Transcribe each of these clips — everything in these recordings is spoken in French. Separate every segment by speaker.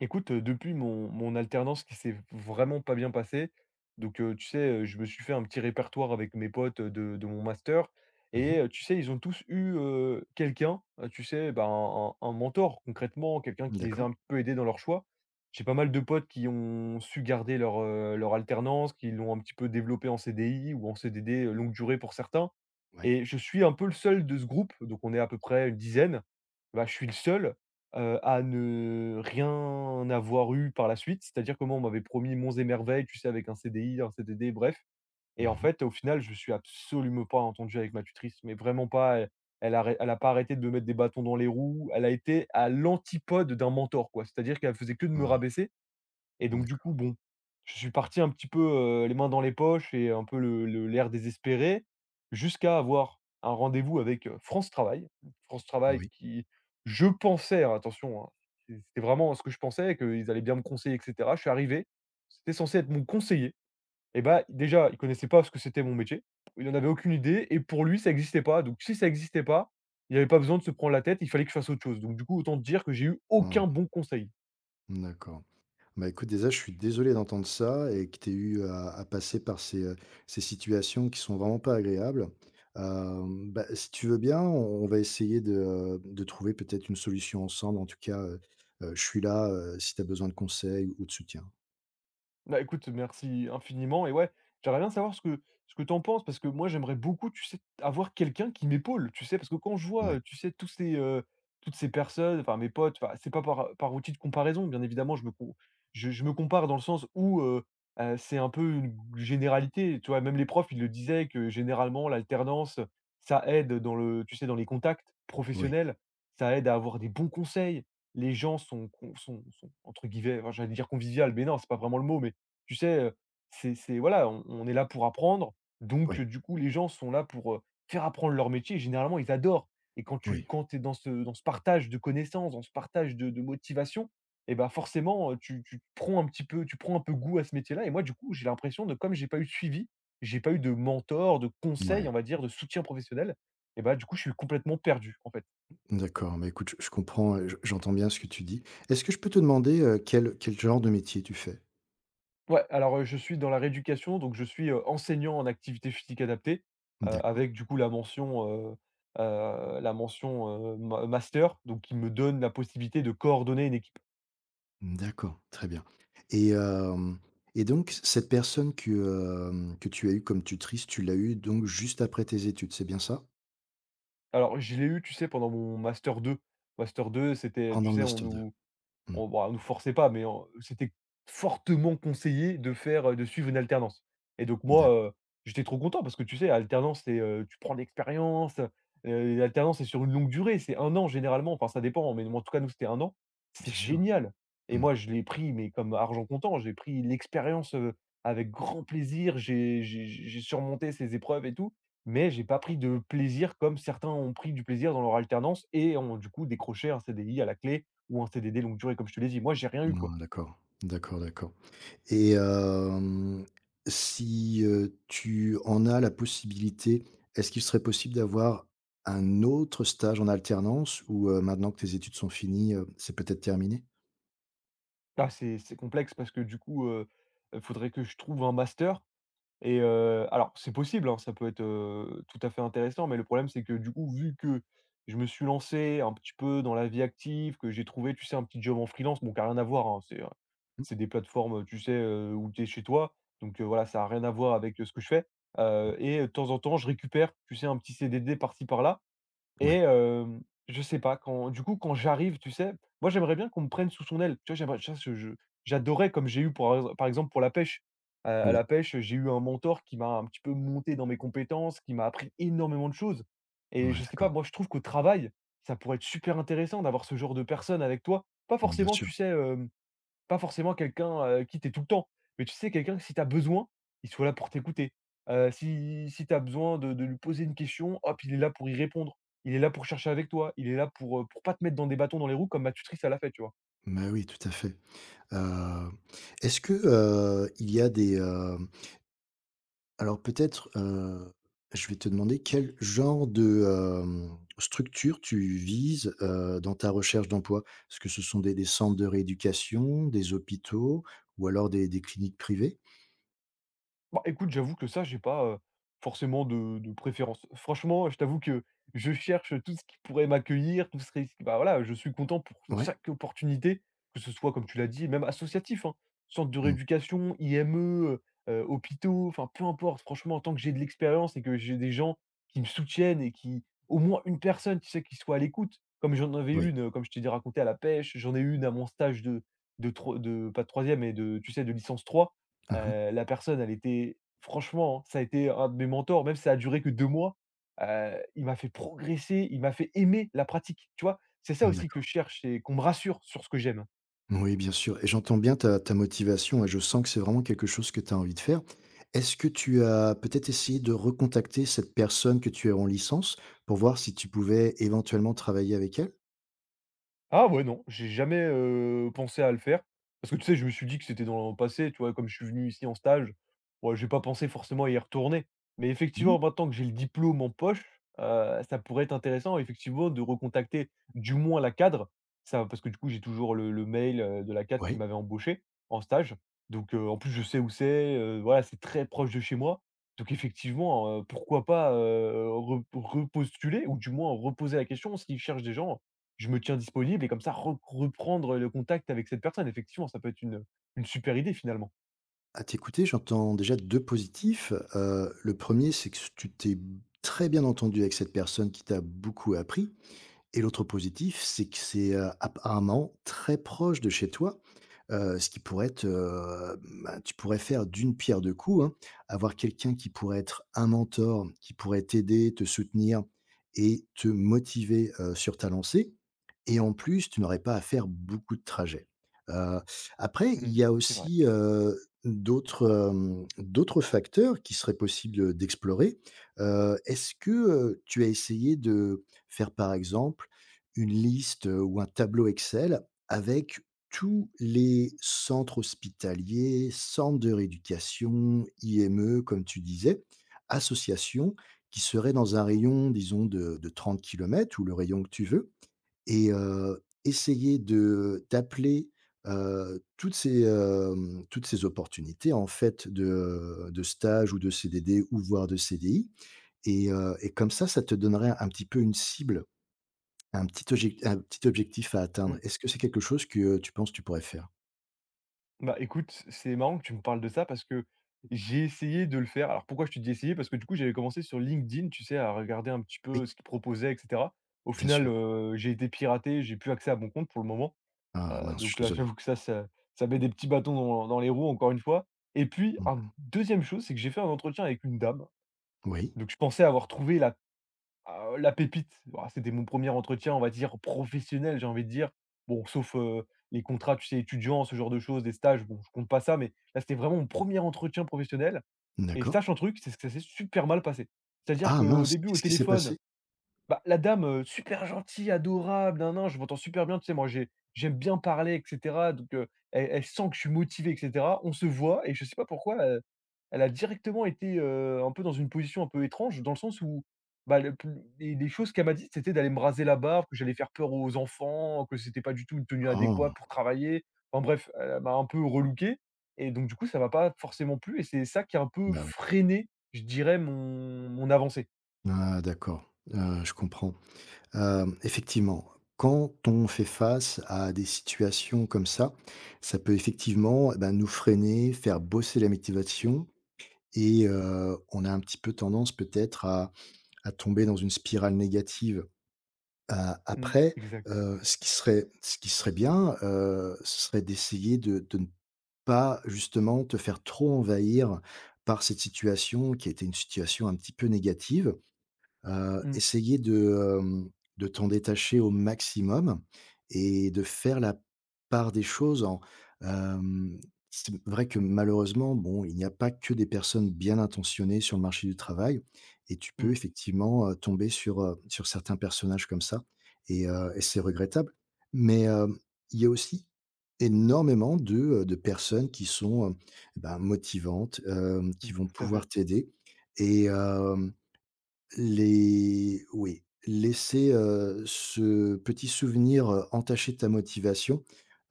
Speaker 1: Écoute, depuis mon alternance qui s'est vraiment pas bien passée, donc tu sais, je me suis fait un petit répertoire avec mes potes, de mon master.
Speaker 2: Mmh mh.
Speaker 1: Et tu sais, ils ont tous eu, quelqu'un, tu sais, bah, un mentor concrètement, quelqu'un qui les a
Speaker 2: D'accord.
Speaker 1: un peu aidés dans leur choix. J'ai pas mal de potes qui ont su garder leur alternance, qui l'ont un petit peu développée en CDI ou en CDD, longue durée pour certains,
Speaker 2: Ouais.
Speaker 1: et je suis un peu le seul de ce groupe. Donc on est à peu près une dizaine, bah, je suis le seul, à ne rien avoir eu par la suite. C'est-à-dire que moi, on m'avait promis monts et merveilles, tu sais, avec un CDI, un CDD, bref. Et en
Speaker 2: Mmh mh.
Speaker 1: fait, au final, je suis absolument pas entendu avec ma tutrice, mais vraiment pas. Elle a pas arrêté de me mettre des bâtons dans les roues. Elle a été à l'antipode d'un mentor, quoi. C'est-à-dire qu'elle faisait que de me
Speaker 2: Ah,
Speaker 1: rabaisser. Et donc du coup,
Speaker 2: d'accord.
Speaker 1: bon, je suis parti un petit peu, les mains dans les poches et un peu le l'air désespéré, jusqu'à avoir un rendez-vous avec, France Travail. France Travail
Speaker 2: Oui.
Speaker 1: qui, je pensais, hein, attention, hein, c'était vraiment ce que je pensais, qu'ils allaient bien me conseiller et cetera. Je suis arrivé, c'était censé être mon conseiller, et bah, déjà, il connaissait pas ce que c'était mon métier, il en avait aucune idée et pour lui, ça n'existait pas. Donc si ça n'existait pas, il y avait pas besoin de se prendre la tête, il fallait que je fasse autre chose. Donc du coup, autant te dire que j'ai eu aucun
Speaker 2: Mmh.
Speaker 1: bon conseil.
Speaker 2: D'accord. Bah, écoute, déjà, je suis désolé d'entendre ça et que tu aies eu à passer par ces situations qui sont vraiment pas agréables. Bah, si tu veux bien, on va essayer de trouver peut-être une solution ensemble. En tout cas, je suis là, si tu as besoin de conseils ou de soutien.
Speaker 1: Bah, écoute, merci infiniment. Et ouais, j'aimerais bien savoir ce que tu en penses, parce que moi, j'aimerais beaucoup, tu sais, avoir quelqu'un qui m'épaule, tu sais? Parce que quand je vois,
Speaker 2: Ouais.
Speaker 1: tu sais, tous ces, toutes ces personnes, enfin mes potes, enfin, c'est pas par outil de comparaison, bien évidemment, je me compare dans le sens où, c'est un peu une généralité, tu vois? Même les profs, ils le disaient que généralement l'alternance, ça aide dans le tu sais, dans les contacts
Speaker 2: Oui.
Speaker 1: professionnels, ça aide à avoir des bons conseils. Les gens sont con sont sont entre guillemets, enfin, j'allais dire «convivial», mais non, c'est pas vraiment le mot, mais tu sais, c'est voilà, on est là pour apprendre,
Speaker 2: Oui.
Speaker 1: donc du coup, les gens sont là pour, faire apprendre leur métier et généralement, ils adorent. Et quand tu
Speaker 2: Oui.
Speaker 1: quand tu es dans ce partage de connaissances, dans ce partage de motivation, et ben forcément, tu prends un petit peu tu prends un peu goût à ce métier-là. Et moi, du coup, j'ai l'impression de comme j'ai pas eu de suivi, j'ai pas eu de mentor, de
Speaker 2: Ouais.
Speaker 1: conseil, on va dire, de soutien professionnel. Et ben, du coup, je suis complètement perdu, en fait.
Speaker 2: D'accord. Bah, écoute, je comprends et je j'entends bien ce que tu dis. Est-ce que je peux te demander, quel genre de métier tu fais?
Speaker 1: Ouais, alors, je suis dans la rééducation, donc je suis, enseignant en activité physique adaptée,
Speaker 2: D'accord.
Speaker 1: avec du coup la mention, ma master, donc qui me donne la possibilité de coordonner une équipe.
Speaker 2: Mmh, d'accord, très bien et hem et donc cette personne que tu as eue comme tutrice, tu l'as eue donc juste après tes études, c'est bien ça?
Speaker 1: Alors je l'ai eu, tu sais, pendant mon master 2. Master 2, c'était
Speaker 2: Pendant
Speaker 1: tu
Speaker 2: le
Speaker 1: sais, on
Speaker 2: master 2.
Speaker 1: nous
Speaker 2: Mmh,
Speaker 1: On bon, on nous forçait pas, mais on c'était fortement conseillé de faire, de suivre une alternance. Et donc moi,
Speaker 2: d'accord,
Speaker 1: j'étais trop content parce que tu sais, alternance, c'est, tu prends de l'expérience, l'alternance, c'est sur une longue durée, c'est 1 an généralement, enfin ça dépend, mais en tout cas, nous, c'était 1 an. C'est
Speaker 2: bien sûr.
Speaker 1: génial. Et
Speaker 2: Mmh.
Speaker 1: moi, je l'ai pris, mais comme argent comptant, j'ai pris l'expérience, avec grand plaisir, j'ai surmonté ces épreuves et tout, mais j'ai pas pris de plaisir comme certains ont pris du plaisir dans leur alternance et ont, du coup, décroché un CDI à la clé ou un CDD longue durée, comme je te l'ai dit. Moi, j'ai rien eu, quoi.
Speaker 2: Non, d'accord, d'accord, d'accord et si, tu en as la possibilité, est-ce qu'il serait possible d'avoir un autre stage en alternance ou, maintenant que tes études sont finies, c'est peut-être terminé?
Speaker 1: Ah, c'est complexe parce que du coup, faudrait que je trouve un master. Et alors c'est possible, hein, ça peut être, tout à fait intéressant, mais le problème c'est que du coup, vu que je me suis lancé un petit peu dans la vie active, que j'ai trouvé, tu sais, un petit job en freelance, bon qui a rien à voir, hein, c'est, heu,
Speaker 2: Mmh.
Speaker 1: c'est des plateformes, tu sais, où tu es chez toi, donc voilà, ça a rien à voir avec, ce que je fais,
Speaker 2: Oui.
Speaker 1: et de temps en temps, je récupère, tu sais, un petit CDD par-ci par-là.
Speaker 2: Oui.
Speaker 1: Et je sais pas, quand du coup, quand j'arrive, tu sais, moi, j'aimerais bien qu'on me prenne sous son aile. Tu vois, j'aimerais tu vois, je j'adorais comme j'ai eu pour ex par exemple, pour la pêche. À
Speaker 2: Oui.
Speaker 1: la pêche, j'ai eu un mentor qui m'a un petit peu monté dans mes compétences, qui m'a appris énormément de choses. Et
Speaker 2: Ouais,
Speaker 1: je sais pas,
Speaker 2: d'accord.
Speaker 1: moi, je trouve qu'au travail, ça pourrait être super intéressant d'avoir ce genre de personne avec toi. Pas
Speaker 2: Mmh, bien
Speaker 1: forcément,
Speaker 2: sûr.
Speaker 1: tu sais, pas forcément quelqu'un, qui t'est tout le temps, mais tu sais quelqu'un que si tu as besoin, il soit là pour t'écouter. Si tu as besoin de lui poser une question, hop, il est là pour y répondre. Il est là pour chercher avec toi, il est là pour pas te mettre dans des bâtons dans les roues comme ma tutrice, elle a fait, tu vois?
Speaker 2: Bah, oui, tout à fait. Heu, Est-ce que, il y a alors peut-être, je vais te demander quel genre de structure tu vises, dans ta recherche d'emploi? Est-ce que ce sont des centres de rééducation, des hôpitaux ou alors des cliniques privées?
Speaker 1: Bah, écoute, j'avoue que ça, j'ai pas, forcément de préférence. Franchement, je t'avoue que je cherche tout ce qui pourrait m'accueillir, tout ce ris bah, voilà, je suis content pour
Speaker 2: Ouais?
Speaker 1: chaque opportunité, que ce soit, comme tu l'as dit, même associatif, hein. Centre de
Speaker 2: Mmh,
Speaker 1: rééducation, IME, hôpitaux, enfin, peu importe, franchement, tant que j'ai de l'expérience et que j'ai des gens qui me soutiennent et qui au moins une personne, tu sais, qui soit à l'écoute. Comme j'en avais
Speaker 2: oui.
Speaker 1: une, comme je t'ai dit, raconté à la pêche, j'en ai une à mon stage de pas de troisième, mais de, tu sais, de licence 3.
Speaker 2: Mmh,
Speaker 1: La personne, elle était franchement, hein, ça a été un de mes mentors, même si ça a duré que 2 mois. Il m'a fait progresser, il m'a fait aimer la pratique, tu vois? C'est ça aussi que je cherche, c'est qu'on me rassure sur ce que j'aime.
Speaker 2: oui, bien sûr. Et j'entends bien ta motivation et je sens que c'est vraiment quelque chose que tu as envie de faire. Est-ce que tu as peut-être essayé de recontacter cette personne que tu as en licence pour voir si tu pouvais éventuellement travailler avec elle?
Speaker 1: Ah ouais, non, j'ai jamais, pensé à le faire. Parce que tu sais, je me suis dit que c'était dans le passé, tu vois? Comme je suis venu ici en stage, ouais, j'ai pas pensé forcément à y retourner. Mais
Speaker 2: Mhm.
Speaker 1: effectivement, maintenant que j'ai le diplôme en poche, ça pourrait être intéressant effectivement de recontacter du moins la cadre. Ça parce que du coup, j'ai toujours le mail, de la cadre qui
Speaker 2: Oui.
Speaker 1: m'avait embauché en stage. Donc, en plus je sais où c'est, voilà, c'est très proche de chez moi. Donc effectivement, pourquoi pas, re repostuler ou du moins reposer la question s'ils cherchent des gens. Je me tiens disponible, et comme ça re reprendre le contact avec cette personne. Effectivement, ça peut être une super idée, finalement.
Speaker 2: À t'écouter, j'entends déjà deux positifs. Le premier, c'est que tu t'es très bien entendu avec cette personne qui t'a beaucoup appris. Et l'autre positif, c'est que c'est, apparemment très proche de chez toi, ce qui pourrait être, bah, tu pourrais faire d'une pierre deux coups, hein. Avoir quelqu'un qui pourrait être un mentor, qui pourrait t'aider, te soutenir et te motiver, sur ta lancée et en plus, tu n'aurais pas à faire beaucoup de trajets. Heu, après, il
Speaker 1: Mmh,
Speaker 2: y a
Speaker 1: c'est vrai.
Speaker 2: aussi, d'autres facteurs qui seraient possibles, d'explorer. Est-ce que, tu as essayé de faire, par exemple, une liste, ou un tableau Excel avec tous les centres hospitaliers, centres de rééducation, IME comme tu disais, associations qui seraient dans un rayon disons de 30 km ou le rayon que tu veux et essayer de d'appeler, toutes ces opportunités en fait de stage ou de CDD ou voire de CDI et comme ça te donnerait un petit peu une cible. Un petit objectif à atteindre.
Speaker 1: Mmh.
Speaker 2: Est-ce que c'est quelque chose que, tu penses que tu pourrais faire?
Speaker 1: Bah, écoute, c'est marrant que tu me parles de ça parce que j'ai essayé de le faire. Alors pourquoi je te dis essayer? Parce que du coup, j'avais commencé sur LinkedIn, tu sais, à regarder un petit
Speaker 2: Oui,
Speaker 1: peu ce qu'ils proposaient et cetera. Au
Speaker 2: bien
Speaker 1: final,
Speaker 2: sûr.
Speaker 1: j'ai été piraté, j'ai plus accès à mon compte pour le moment.
Speaker 2: Ah mince, je
Speaker 1: Donc
Speaker 2: suis
Speaker 1: là,
Speaker 2: désolé.
Speaker 1: j'avoue que ça met des petits bâtons dans les roues encore une fois. Et puis un
Speaker 2: Mmh.
Speaker 1: deuxième chose, c'est que j'ai fait un entretien avec une dame.
Speaker 2: Oui,
Speaker 1: Donc je pensais avoir trouvé la Ah, la pépite, bah, c'était mon premier entretien, on va dire, professionnel, j'ai envie de dire. Bon, sauf, les contrats, tu sais, étudiants, ce genre de choses, des stages, bon, je compte pas ça, mais là, c'était vraiment mon premier entretien professionnel. Et
Speaker 2: d'accord.
Speaker 1: sache un truc, c'est que ça s'est super mal passé. C'est-à-dire
Speaker 2: Ah
Speaker 1: qu'au
Speaker 2: mince,
Speaker 1: début, au
Speaker 2: qu'est-ce qui s'est
Speaker 1: téléphone,
Speaker 2: passé?
Speaker 1: bah, la dame, super gentille, adorable, nan nan, je m'entends super bien, tu sais, moi j'aime bien parler et cetera, donc elle sent que je suis motivé et cetera. On se voit et je sais pas pourquoi, elle a directement été, un peu dans une position un peu étrange, dans le sens où, bah, le les choses qu'elle m'a dites, c'était d'aller me raser la barbe, que j'allais faire peur aux enfants, que c'était pas du tout une tenue
Speaker 2: Oh,
Speaker 1: adéquate pour travailler. En bref, elle m'a un peu relooké. Et donc du coup, ça m'a pas forcément plu et c'est ça qui a un peu
Speaker 2: bah oui.
Speaker 1: freiné, je dirais, mon avancée.
Speaker 2: Ah d'accord, je comprends. Effectivement, quand on fait face à des situations comme ça peut effectivement, eh ben nous freiner, faire bosser la motivation et on a un petit peu tendance peut-être à tomber dans une spirale négative. A
Speaker 1: Mmh,
Speaker 2: après,
Speaker 1: exact.
Speaker 2: ce qui serait bien, ce serait d'essayer de ne pas justement te faire trop envahir par cette situation qui était une situation un petit peu négative. Heu,
Speaker 1: Mmh,
Speaker 2: essayer de t'en détacher au maximum et de faire la part des choses hem, c'est vrai que malheureusement, bon, il n'y a pas que des personnes bien intentionnées sur le marché du travail et tu peux
Speaker 1: mmh.
Speaker 2: effectivement, tomber sur certains personnages comme ça et c'est regrettable. Mais, il y a aussi énormément de personnes qui sont, bah, motivantes, qui
Speaker 1: Mmh,
Speaker 2: vont
Speaker 1: tout à
Speaker 2: pouvoir
Speaker 1: fait.
Speaker 2: t'aider et les oui, laisser, ce petit souvenir, entacher ta motivation,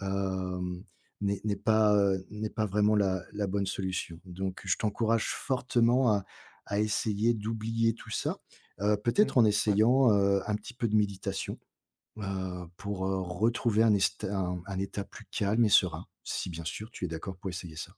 Speaker 2: hem, n'est pas vraiment la bonne solution. Donc je t'encourage fortement à essayer d'oublier tout ça,
Speaker 1: Mmh,
Speaker 2: peut-être en
Speaker 1: ouais.
Speaker 2: essayant, un petit peu de méditation, pour, retrouver un est un état plus calme et serein, si bien sûr tu es d'accord pour essayer ça.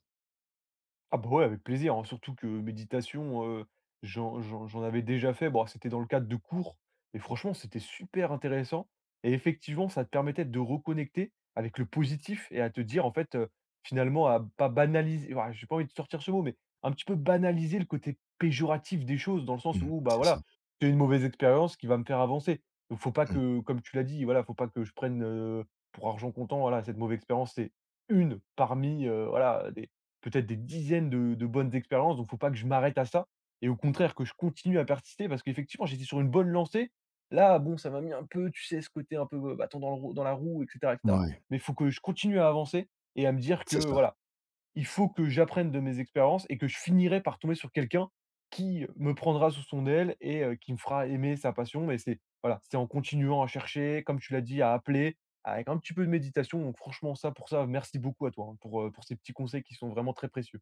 Speaker 1: Ah bah ouais, avec plaisir, hein, surtout que méditation, j'en avais déjà fait. Bon, c'était dans le cadre de cours et franchement, c'était super intéressant. Et effectivement, ça te permettait de reconnecter avec le positif et à te dire, en fait, finalement, à pas banaliser, ouah, j'ai pas envie de sortir ce mot, mais un petit peu banaliser le côté péjoratif des choses, dans le sens
Speaker 2: Mmh,
Speaker 1: où, bah,
Speaker 2: c'est ça.
Speaker 1: voilà, c'est une mauvaise expérience qui va me faire avancer. Donc faut pas
Speaker 2: Mmh,
Speaker 1: que, comme tu l'as dit, voilà, faut pas que je prenne, pour argent comptant, voilà, cette mauvaise expérience. C'est une parmi, voilà, des peut-être des dizaines de bonnes expériences, donc faut pas que je m'arrête à ça et au contraire que je continue à persister parce qu'effectivement, j'étais sur une bonne lancée. Là, bon, ça m'a mis un peu, tu sais, ce côté un peu, bâton dans le roue dans la roue et cetera,
Speaker 2: ouais,
Speaker 1: mais il faut que je continue à avancer et à me dire que
Speaker 2: c'est ça.
Speaker 1: voilà, il faut que j'apprenne de mes expériences et que je finirai par tomber sur quelqu'un qui me prendra sous son aile et qui me fera aimer sa passion. Mais c'est voilà, c'est en continuant à chercher, comme tu l'as dit, à appeler, avec un petit peu de méditation. Donc franchement ça, pour ça, merci beaucoup à toi, hein, pour ces petits conseils qui sont vraiment très précieux.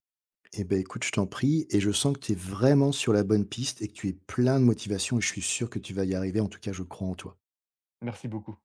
Speaker 2: Eh ben, écoute, je t'en prie et je sens que tu es vraiment sur la bonne piste et que tu es plein de motivation et je suis sûr que tu vas y arriver. En tout cas, je crois en toi.
Speaker 1: Merci beaucoup.